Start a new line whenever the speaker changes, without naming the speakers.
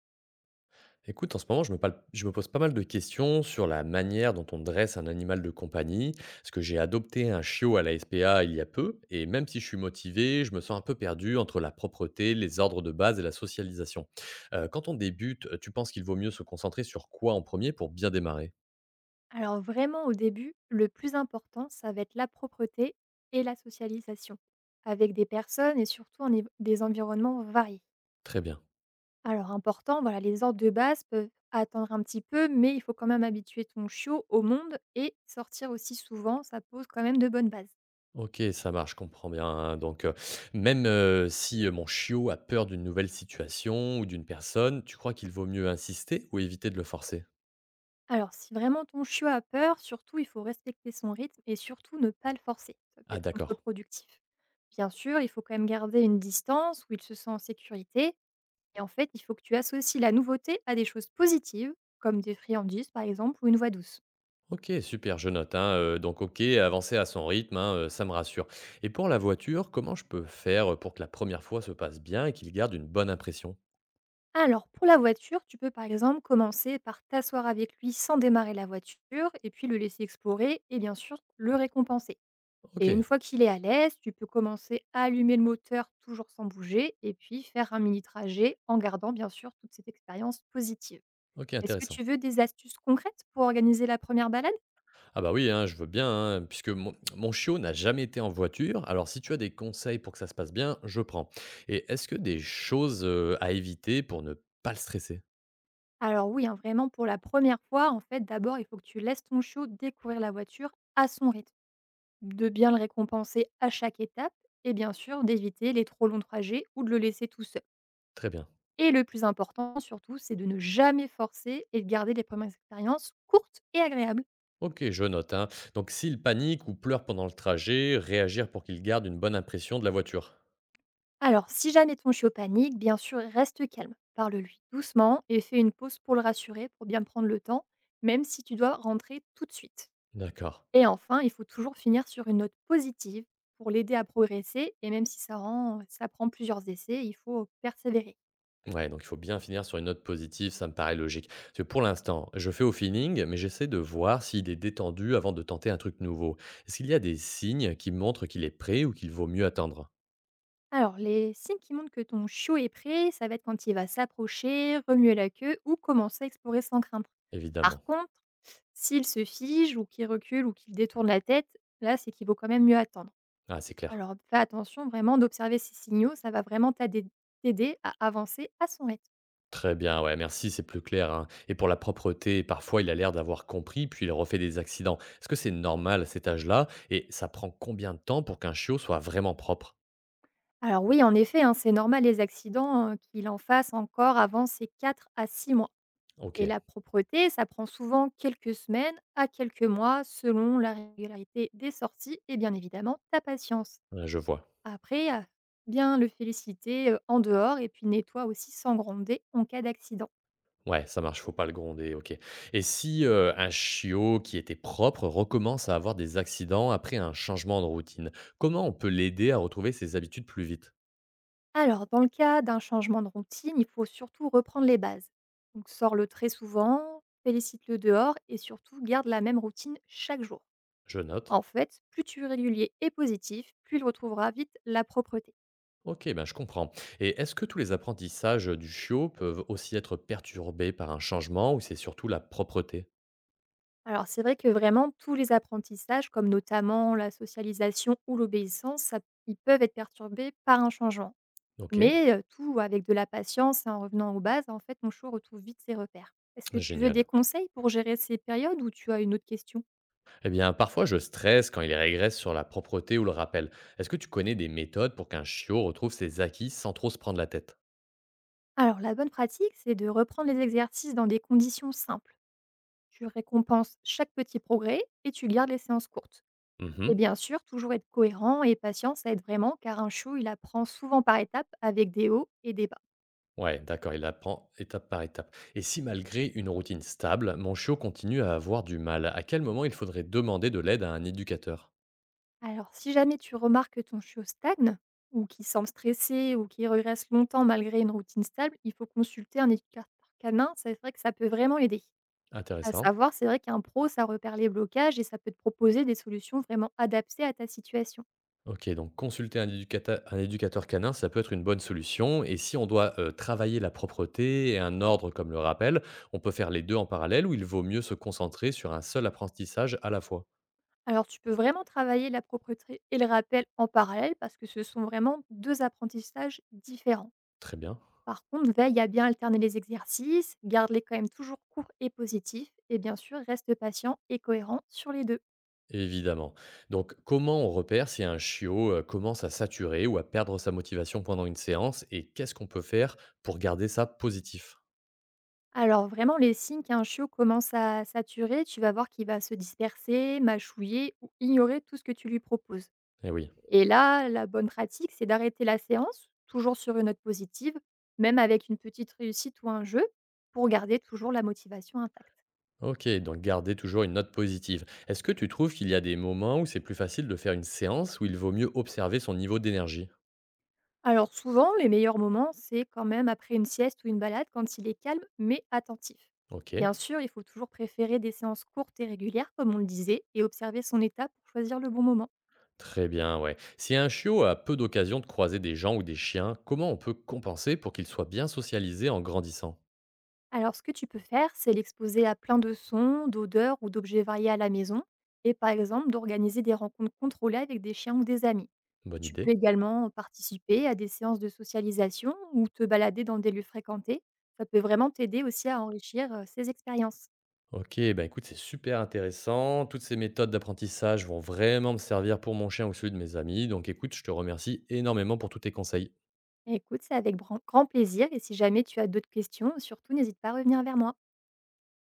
Écoute, en ce moment, je me pose pas mal de questions sur la manière dont on dresse un animal de compagnie, parce que j'ai adopté un chiot à la SPA il y a peu, et même si je suis motivé, je me sens un peu perdu entre la propreté, les ordres de base et la socialisation. Quand on débute, tu penses qu'il vaut mieux se concentrer sur quoi en premier pour bien démarrer.
Alors vraiment au début, le plus important, ça va être la propreté et la socialisation, avec des personnes et surtout des environnements variés.
Très bien.
Alors important, voilà, les ordres de base peuvent attendre un petit peu, mais il faut quand même habituer ton chiot au monde et sortir aussi souvent, ça pose quand même de bonnes bases.
Ok, ça marche, je comprends bien, hein. Donc, même si mon chiot a peur d'une nouvelle situation ou d'une personne, tu crois qu'il vaut mieux insister ou éviter de le forcer?
Alors si vraiment ton chiot a peur, surtout il faut respecter son rythme et surtout ne pas le forcer, ça peut
Ah
être
d'accord.
contre-productif. Bien sûr, il faut quand même garder une distance où il se sent en sécurité. Et en fait, il faut que tu associes la nouveauté à des choses positives, comme des friandises par exemple ou une voix douce.
OK, super, je note, hein, donc OK, avancer à son rythme, hein, ça me rassure, et pour la voiture, comment je peux faire pour que la première fois se passe bien et qu'il garde une bonne impression?
Alors pour la voiture, tu peux par exemple commencer par t'asseoir avec lui sans démarrer la voiture et puis le laisser explorer et bien sûr le récompenser. Et une
OK.
fois qu'il est à l'aise, tu peux commencer à allumer le moteur toujours sans bouger et puis faire un mini trajet en gardant bien sûr toute cette expérience positive.
OK,
Est-ce que
intéressant.
tu veux des astuces concrètes pour organiser la première balade?
Ah bah oui, hein, je veux bien, hein, puisque mon chiot n'a jamais été en voiture, alors si tu as des conseils pour que ça se passe bien, je prends, et est-ce que des choses, à éviter pour ne pas le stresser?
Alors oui, hein, vraiment pour la première fois, en fait, d'abord, il faut que tu laisses ton chiot découvrir la voiture à son rythme, de bien le récompenser à chaque étape et bien sûr d'éviter les trop longs trajets ou de le laisser tout seul.
Très bien.
Et le plus important surtout, c'est de ne jamais forcer et de garder les premières expériences courtes et agréables.
OK, je note, hein, donc s'il panique ou pleure pendant le trajet, réagir pour qu'il garde une bonne impression de la voiture.
Alors si jamais ton chiot panique, bien sûr, reste calme, parle-lui doucement et fais une pause pour le rassurer, pour bien prendre le temps, même si tu dois rentrer tout de suite.
D'accord.
Et enfin, il faut toujours finir sur une note positive pour l'aider à progresser et même si ça prend plusieurs essais, il faut persévérer.
Ouais, donc il faut bien finir sur une note positive, ça me paraît logique. Parce que pour l'instant, je fais au feeling, mais j'essaie de voir s'il est détendu avant de tenter un truc nouveau. Est-ce qu'il y a des signes qui montrent qu'il est prêt ou qu'il vaut mieux attendre?
Alors, les signes qui montrent que ton chiot est prêt, ça va être quand il va s'approcher, remuer la queue ou commencer à explorer sans crainte. Par
Évidemment.
contre, s'il se fige ou qu'il recule ou qu'il détourne la tête, là, c'est qu'il vaut quand même mieux attendre.
Ah, c'est clair.
Alors, fais attention vraiment d'observer ces signaux, ça va vraiment t'aider à avancer à son rythme.
Très bien, ouais, merci, c'est plus clair, hein. Et pour la propreté, parfois il a l'air d'avoir compris, puis il refait des accidents. Est-ce que c'est normal à cet âge-là? Et ça prend combien de temps pour qu'un chiot soit vraiment propre?
Alors oui, en effet, hein, c'est normal les accidents, qu'il en fasse encore avant ses 4 à 6 mois
Ok,
et la propreté, ça prend souvent quelques semaines à quelques mois selon la régularité des sorties et bien évidemment ta patience.
ouais, je vois.
Après, bien le féliciter, en dehors et puis nettoie aussi sans gronder en cas d'accident.
Ouais, ça marche, faut pas le gronder, OK. Et si, un chiot qui était propre recommence à avoir des accidents après un changement de routine, comment on peut l'aider à retrouver ses habitudes plus vite?
Alors dans le cas d'un changement de routine, il faut surtout reprendre les bases. Donc sors-le très souvent, félicite-le dehors et surtout garde la même routine chaque jour.
Je note.
En fait, plus tu es régulier et positif, plus il retrouvera vite la propreté.
OK, ben, je comprends. Et est-ce que tous les apprentissages du chiot peuvent aussi être perturbés par un changement ou c'est surtout la propreté?
Alors c'est vrai que vraiment tous les apprentissages, comme notamment la socialisation ou l'obéissance, ils peuvent être perturbés par un changement.
OK,
Mais tout avec de la patience et en revenant aux bases, en fait, mon chou retrouve vite ses repères. Est-ce que tu veux des
génial.
conseils pour gérer ces périodes ou tu as une autre question?
Eh bien, parfois je stresse quand il régresse sur la propreté ou le rappel. Est-ce que tu connais des méthodes pour qu'un chiot retrouve ses acquis sans trop se prendre la tête?
Alors la bonne pratique, c'est de reprendre les exercices dans des conditions simples. Tu récompenses chaque petit progrès et tu gardes les séances courtes. Et
Mmh.
bien sûr, toujours être cohérent et patient, ça aide vraiment car un chiot, il apprend souvent par étapes avec des hauts et des bas.
Ouais, d'accord, il apprend étape par étape. Et si malgré une routine stable, mon chiot continue à avoir du mal, à quel moment il faudrait demander de l'aide à un éducateur?
Alors si jamais tu remarques que ton chiot stagne ou qu'il semble stressé ou qu'il regresse longtemps malgré une routine stable, il faut consulter un éducateur canin, c'est vrai que ça peut vraiment l'aider. À
Intéressant.
savoir, c'est vrai qu'un pro, ça repère les blocages et ça peut te proposer des solutions vraiment adaptées à ta situation.
Ok, donc consulter un un éducateur canin, ça peut être une bonne solution. Et si on doit travailler la propreté et un ordre comme le rappel, on peut faire les deux en parallèle ou il vaut mieux se concentrer sur un seul apprentissage à la fois?
Alors tu peux vraiment travailler la propreté et le rappel en parallèle parce que ce sont vraiment deux apprentissages différents.
Très bien.
Par contre, veille à bien alterner les exercices, garde-les quand même toujours courts et positifs, et bien sûr, reste patient et cohérent sur les deux.
Évidemment. Donc, comment on repère si un chiot commence à saturer ou à perdre sa motivation pendant une séance, et qu'est-ce qu'on peut faire pour garder ça positif?
Alors vraiment, les signes qu'un chiot commence à saturer, tu vas voir qu'il va se disperser, mâchouiller ou ignorer tout ce que tu lui proposes.
Eh oui.
Et là, la bonne pratique, c'est d'arrêter la séance, toujours sur une note positive, même avec une petite réussite ou un jeu, pour garder toujours la motivation intacte.
Ok, donc garder toujours une note positive. Est-ce que tu trouves qu'il y a des moments où c'est plus facile de faire une séance où il vaut mieux observer son niveau d'énergie?
Alors souvent, les meilleurs moments, c'est quand même après une sieste ou une balade quand il est calme mais attentif.
Ok.
Bien sûr, il faut toujours préférer des séances courtes et régulières, comme on le disait, et observer son état pour choisir le bon moment.
Très bien, ouais. Si un chiot a peu d'occasion de croiser des gens ou des chiens, comment on peut compenser pour qu'il soit bien socialisé en grandissant?
Alors ce que tu peux faire, c'est l'exposer à plein de sons, d'odeurs ou d'objets variés à la maison, et par exemple d'organiser des rencontres contrôlées avec des chiens ou des amis.
Bonne
Tu peux
idée.
également participer à des séances de socialisation ou te balader dans des lieux fréquentés. Ça peut vraiment t'aider aussi à enrichir ces expériences.
Ok, bah écoute, c'est super intéressant. Toutes ces méthodes d'apprentissage vont vraiment me servir pour mon chien ou celui de mes amis. Donc écoute, je te remercie énormément pour tous tes conseils.
Écoute, c'est avec bran grand plaisir et si jamais tu as d'autres questions, surtout n'hésite pas à revenir vers moi.